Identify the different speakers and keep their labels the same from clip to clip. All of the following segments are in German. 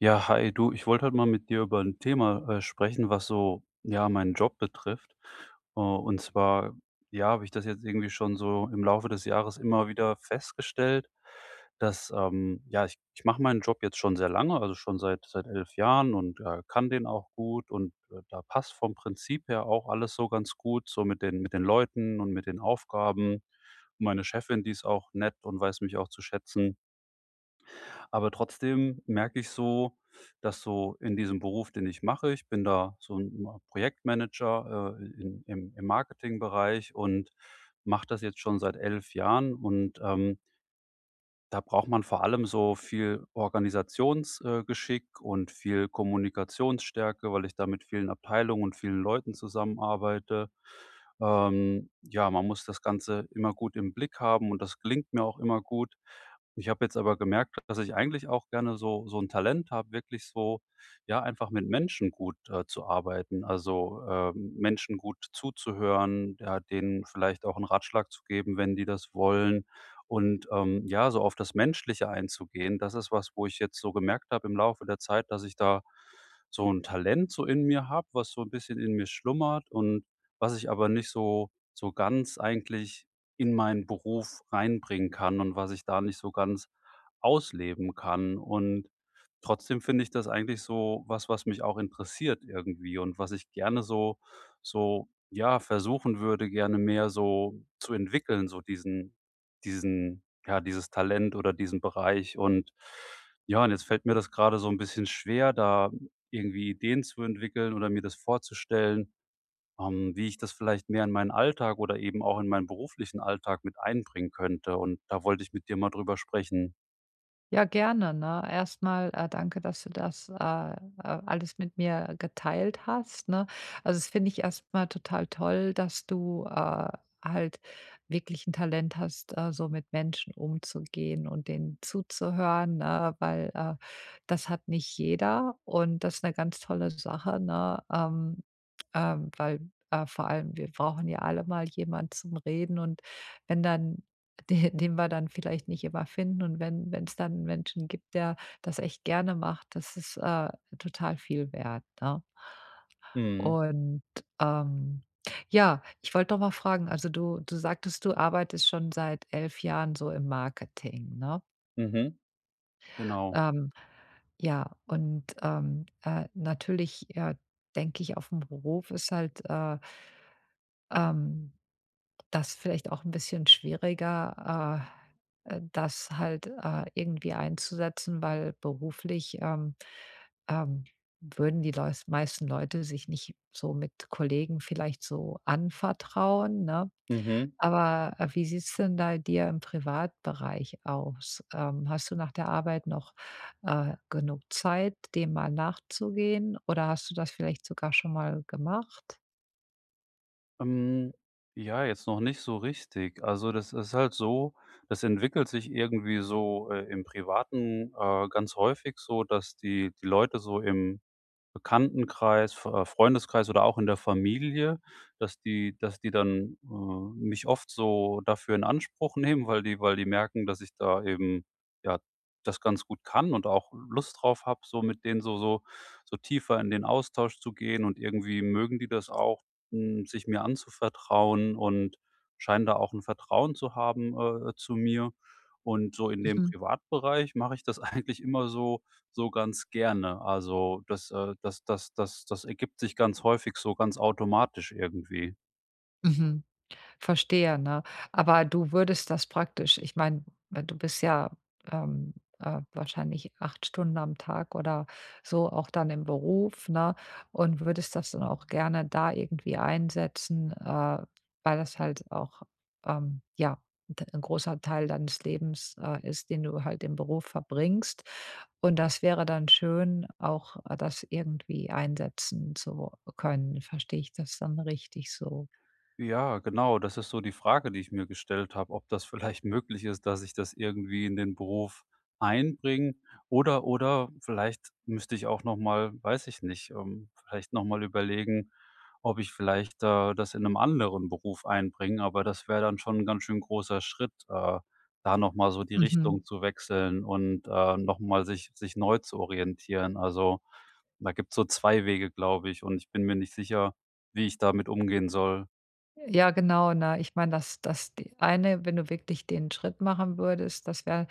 Speaker 1: Ja, hi, du, ich wollte heute mal mit dir über ein Thema, sprechen, was so, ja, meinen Job betrifft. Und zwar, ja, habe ich das jetzt irgendwie schon so im Laufe des Jahres immer wieder festgestellt, dass, ja, ich mache meinen Job jetzt schon sehr lange, also schon seit 11 Jahren und, kann den auch gut und, da passt vom Prinzip her auch alles so ganz gut, so mit den Leuten und mit den Aufgaben. Meine Chefin, die ist auch nett und weiß mich auch zu schätzen. Aber trotzdem merke ich so, dass so in diesem Beruf, den ich mache, ich bin da so ein Projektmanager, in im im Marketingbereich und mache das jetzt schon seit 11 Jahren und, da braucht man vor allem so viel Organisationsgeschick, Geschick und viel Kommunikationsstärke, weil ich da mit vielen Abteilungen und vielen Leuten zusammenarbeite. Ja, man muss das Ganze immer gut im Blick haben und das gelingt mir auch immer gut. Ich habe jetzt aber gemerkt, dass ich eigentlich auch gerne so ein Talent habe, wirklich so, ja, einfach mit Menschen gut, zu arbeiten. Also, Menschen gut zuzuhören, ja, denen vielleicht auch einen Ratschlag zu geben, wenn die das wollen. Und, ja, so auf das Menschliche einzugehen, das ist was, wo ich jetzt so gemerkt habe im Laufe der Zeit, dass ich da so ein Talent so in mir habe, was so ein bisschen in mir schlummert und was ich aber nicht so ganz eigentlich in meinen Beruf reinbringen kann und was ich da nicht so ganz ausleben kann. Und trotzdem finde ich das eigentlich so was, was mich auch interessiert irgendwie und was ich gerne so, ja, versuchen würde, gerne mehr so zu entwickeln, so diesen ja, dieses Talent oder diesen Bereich und ja, und jetzt fällt mir das gerade so ein bisschen schwer, da irgendwie Ideen zu entwickeln oder mir das vorzustellen, wie ich das vielleicht mehr in meinen Alltag oder eben auch in meinen beruflichen Alltag mit einbringen könnte und da wollte ich mit dir mal drüber sprechen.
Speaker 2: Ja, gerne, ne? Erstmal danke, dass du das, alles mit mir geteilt hast, ne? Also, das finde ich erstmal total toll, dass du, halt wirklich ein Talent hast, so mit Menschen umzugehen und denen zuzuhören, ne, weil, das hat nicht jeder und das ist eine ganz tolle Sache, ne? Weil, vor allem wir brauchen ja alle mal jemand zum Reden, und wenn dann de den wir dann vielleicht nicht immer finden. Und wenn es dann 'n Menschen gibt, der das echt gerne macht, das ist, total viel wert, ne?
Speaker 1: Mhm,
Speaker 2: Und, ähm, ja, ich wollte doch mal fragen, also du sagtest, du arbeitest schon seit 11 Jahren so im Marketing, ne?
Speaker 1: mhm. Genau.
Speaker 2: Ähm, ja, und, natürlich, denke ich, auf dem Beruf ist halt, ähm das vielleicht auch ein bisschen schwieriger, das halt, irgendwie einzusetzen, weil beruflich, ähm, würden die Leus meisten Leute sich nicht so mit Kollegen vielleicht so anvertrauen, ne?
Speaker 1: Mhm.
Speaker 2: Aber, wie sieht's denn da dir im Privatbereich aus? Hast du nach der Arbeit noch, genug Zeit, dem mal nachzugehen, oder hast du das vielleicht sogar schon mal gemacht?
Speaker 1: Ähm, ja, jetzt noch nicht so richtig. Also, das ist halt so, das entwickelt sich irgendwie so, im Privaten, ganz häufig so, dass die Leute so im Bekanntenkreis, F Freundeskreis oder auch in der Familie, dass die dann, mich oft so dafür in Anspruch nehmen, weil die merken, dass ich da eben, ja, das ganz gut kann und auch Lust drauf habe, so mit denen so tiefer in den Austausch zu gehen und irgendwie mögen die das auch, sich mir anzuvertrauen und scheinen da auch ein Vertrauen zu haben, zu mir. Und so in dem
Speaker 2: Mhm,
Speaker 1: Privatbereich mache ich das eigentlich immer so so ganz gerne. Also, das ergibt sich ganz häufig so ganz automatisch irgendwie.
Speaker 2: mhm. Verstehe, ne? Aber du würdest das praktisch, ich meine, du bist ja, ähm, wahrscheinlich 8 Stunden am Tag oder so auch dann im Beruf, ne? Und würdest das dann auch gerne da irgendwie einsetzen, weil das halt auch, ja, d 'n großer Teil deines Lebens, ist, den du halt im Beruf verbringst. Und das wäre dann schön, auch, das irgendwie einsetzen zu können. Verstehe ich das dann richtig so?
Speaker 1: Ja, genau, das ist so die Frage, die ich mir gestellt habe, ob das vielleicht möglich ist, dass ich das irgendwie in den Beruf einbringe oder vielleicht müsste ich auch noch mal, weiß ich nicht, vielleicht noch mal überlegen, ob ich vielleicht, das in einem anderen Beruf einbringe, aber das wäre dann schon ein ganz schön großer Schritt, da noch mal so die
Speaker 2: Mhm.
Speaker 1: Richtung zu wechseln und, noch mal sich neu zu orientieren. Also, da gibt's so 2 Wege, glaube ich, und ich bin mir nicht sicher, wie ich damit umgehen soll.
Speaker 2: Ja, genau. Na, ich meine, das die eine, wenn du wirklich den Schritt machen würdest,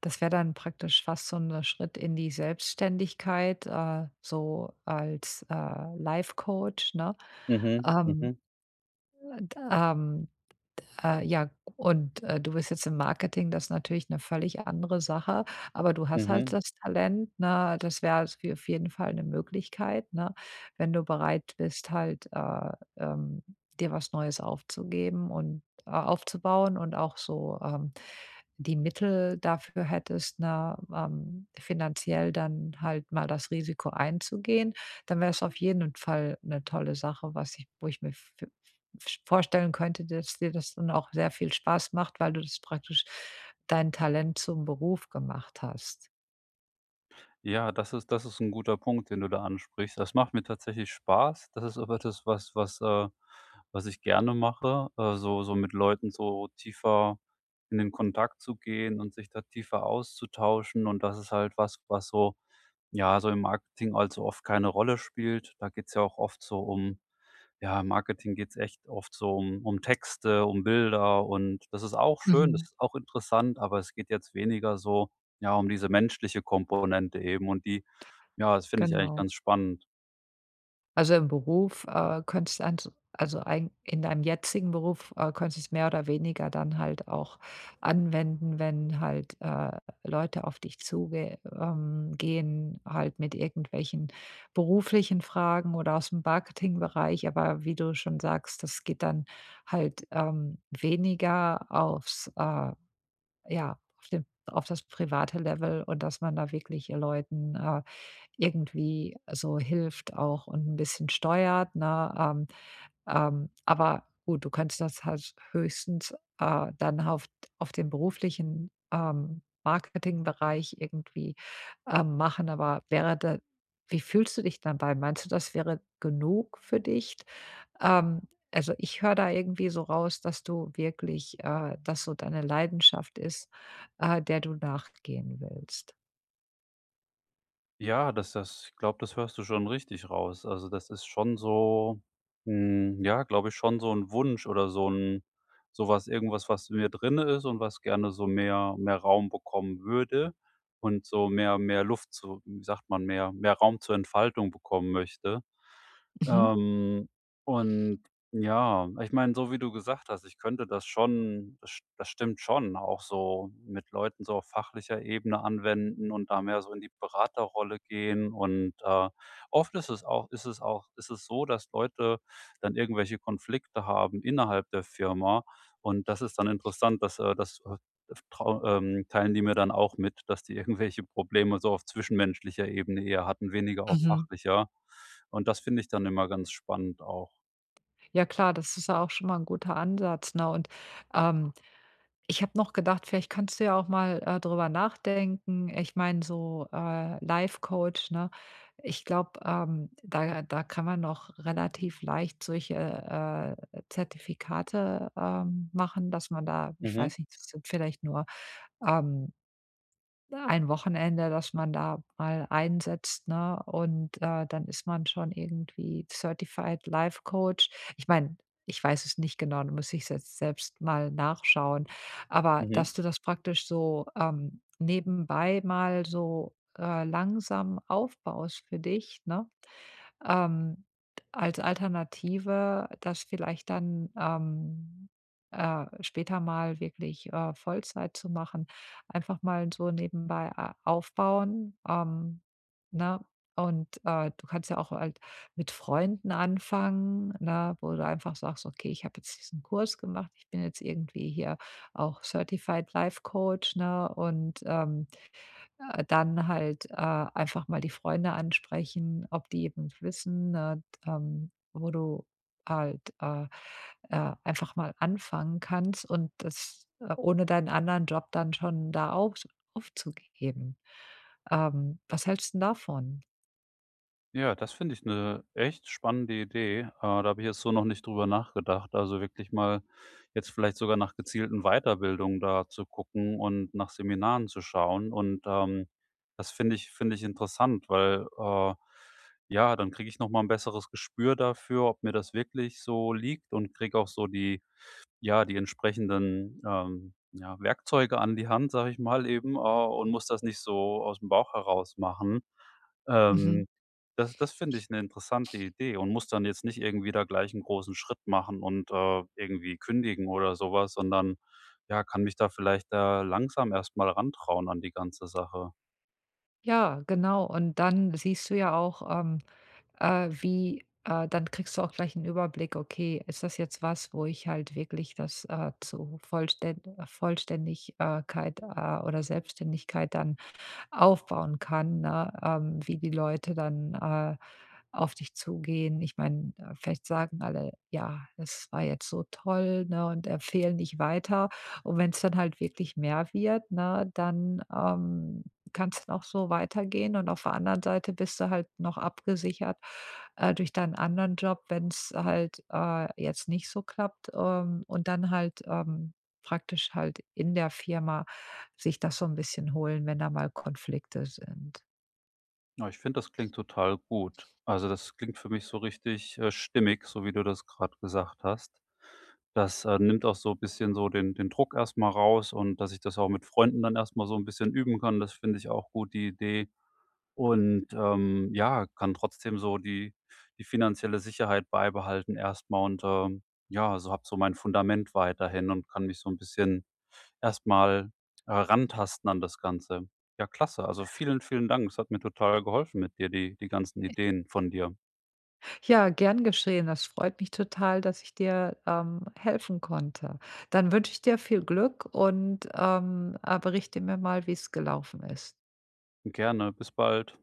Speaker 2: das wäre dann praktisch fast so ein Schritt in die Selbstständigkeit, so als, Life-Coach, ne?
Speaker 1: Mhm,
Speaker 2: Ähm,
Speaker 1: mhm,
Speaker 2: d ja, und, du bist jetzt im Marketing, das ist natürlich eine völlig andere Sache, aber du hast
Speaker 1: mhm.
Speaker 2: halt das Talent, ne? Das wäre auf jeden Fall eine Möglichkeit, ne, wenn du bereit bist, halt, ähm, dir was Neues aufzugeben und aufzubauen und auch so, die Mittel dafür hättest, ne, finanziell dann halt mal das Risiko einzugehen, dann wäre es auf jeden Fall eine tolle Sache, was ich wo ich mir f f vorstellen könnte, dass dir das dann auch sehr viel Spaß macht, weil du das praktisch dein Talent zum Beruf gemacht hast.
Speaker 1: Ja, das ist, das ist ein guter Punkt, den du da ansprichst. Das macht mir tatsächlich Spaß. Das ist aber das, was was ich gerne mache, so so mit Leuten so tiefer in den Kontakt zu gehen und sich da tiefer auszutauschen. Und das ist halt was, was so ja, so im Marketing allzu oft keine Rolle spielt. Da geht's ja auch oft so um, ja, im Marketing geht's echt oft so um Texte, um Bilder und das ist auch schön, das
Speaker 2: Mhm.
Speaker 1: ist auch interessant, aber es geht jetzt weniger so, ja, um diese menschliche Komponente eben und die, ja, das finde ich eigentlich
Speaker 2: Genau.
Speaker 1: ganz spannend.
Speaker 2: Also, im Beruf, könntest du ans also, ein in deinem jetzigen Beruf, könntest du es mehr oder weniger dann halt auch anwenden, wenn halt, Leute auf dich zugehen gehen, halt mit irgendwelchen beruflichen Fragen oder aus dem Marketingbereich. Aber wie du schon sagst, das geht dann halt, weniger aufs, ja, auf den auf das private Level, und dass man da wirklich Leuten, irgendwie so hilft auch und ein bisschen steuert, ne? Aber gut, du könntest das halt höchstens, dann auf den beruflichen, Marketingbereich irgendwie, machen, aber wäre da wie fühlst du dich dabei? Meinst du, das wäre genug für dich? Ähm, also, ich höre da irgendwie so raus, dass du wirklich, dass so deine Leidenschaft ist, der du nachgehen willst.
Speaker 1: Ja, das ich glaube, das hörst du schon richtig raus. Also, das ist schon so, ja, glaube ich, schon so ein Wunsch oder so ein, sowas, irgendwas, was in mir drinne ist und was gerne so mehr Raum bekommen würde und so mehr Luft zu, wie sagt man, mehr Raum zur Entfaltung bekommen möchte.
Speaker 2: Mhm.
Speaker 1: Ähm, und ja, ich meine, so wie du gesagt hast, ich könnte das schon, das stimmt schon, auch so mit Leuten so auf fachlicher Ebene anwenden und da mehr so in die Beraterrolle gehen. Und, oft ist es so, dass Leute dann irgendwelche Konflikte haben innerhalb der Firma. Und das ist dann interessant, dass, das, trau teilen die mir dann auch mit, dass die irgendwelche Probleme so auf zwischenmenschlicher Ebene eher hatten, weniger auf
Speaker 2: Mhm.
Speaker 1: fachlicher. Und das finde ich dann immer ganz spannend auch.
Speaker 2: Ja klar, das ist ja auch schon mal ein guter Ansatz, ne? Und, ähm, ich habe noch gedacht, vielleicht kannst du ja auch mal, drüber nachdenken. Ich meine, so, Life-Coach, ne? Ich glaube, da kann man noch relativ leicht solche, Zertifikate, machen, dass man da, ich
Speaker 1: Mhm.
Speaker 2: weiß nicht, das sind vielleicht nur, ähm ein Wochenende, dass man da mal einsetzt, ne? Und, dann ist man schon irgendwie Certified Life Coach. Ich meine, ich weiß es nicht genau, da muss ich jetzt selbst mal nachschauen. Aber
Speaker 1: Mhm.
Speaker 2: dass du das praktisch so, nebenbei mal so, langsam aufbaust für dich, ne? Ähm, als Alternative, das vielleicht dann, später mal wirklich, Vollzeit zu machen, einfach mal so nebenbei a aufbauen, ne? Und, du kannst ja auch halt mit Freunden anfangen, ne, wo du einfach sagst: „Okay, ich habe jetzt diesen Kurs gemacht. Ich bin jetzt irgendwie hier auch Certified Life Coach“, ne, und dann halt, einfach mal die Freunde ansprechen, ob die eben wissen, ne, wo du halt, einfach mal anfangen kannst, und das, ohne deinen anderen Job dann schon da aufzugeben. Was hältst 'n davon?
Speaker 1: Ja, das finde ich eine echt spannende Idee. Da habe ich jetzt so noch nicht drüber nachgedacht. Also, wirklich mal jetzt vielleicht sogar nach gezielten Weiterbildungen da zu gucken und nach Seminaren zu schauen. Und, das finde ich interessant, weil, ja, dann kriege ich noch mal 'n besseres Gespür dafür, ob mir das wirklich so liegt und kriege auch so die, ja, die entsprechenden, ja, Werkzeuge an die Hand, sage ich mal eben, und muss das nicht so aus dem Bauch heraus machen. Ähm, Das, finde ich eine interessante Idee und muss dann jetzt nicht irgendwie da gleich einen großen Schritt machen und, irgendwie kündigen oder sowas, sondern, ja, kann mich da vielleicht, langsam erstmal mal rantrauen an die ganze Sache.
Speaker 2: Ja, genau. Und dann siehst du ja auch, wie dann kriegst du auch gleich einen Überblick: „Okay, ist das jetzt was, wo ich halt wirklich das, zu Vollständigkeit, oder Selbstständigkeit dann aufbauen kann, ne? Wie die Leute dann, auf dich zugehen. Ich meine, vielleicht sagen alle: „Ja, das war jetzt so toll“, ne, und empfehlen dich weiter. Und wenn es dann halt wirklich mehr wird, ne, dann, kann's dann auch so weitergehen, und auf der anderen Seite bist du halt noch abgesichert, durch deinen anderen Job, wenn es halt, jetzt nicht so klappt, und dann halt, praktisch halt in der Firma sich das so ein bisschen holen, wenn da mal Konflikte sind.
Speaker 1: Ja, ich finde, das klingt total gut. Also, das klingt für mich so richtig, stimmig, so wie du das gerade gesagt hast. Das, nimmt auch so ein bisschen so den Druck erstmal raus und dass ich das auch mit Freunden dann erstmal so ein bisschen üben kann, das finde ich auch gut, die Idee. Und, ja, kann trotzdem so die die finanzielle Sicherheit beibehalten erstmal und, ja, so habe so mein Fundament weiterhin und kann mich so ein bisschen erstmal mal herantasten an das Ganze. Ja, klasse. Also, vielen, vielen Dank. Es hat mir total geholfen mit dir, die ganzen Ideen von dir.
Speaker 2: Ja, gern geschehen. Das freut mich total, dass ich dir, helfen konnte. Dann wünsche ich dir viel Glück und, berichte mir mal, wie es gelaufen ist.
Speaker 1: Gerne. Bis bald.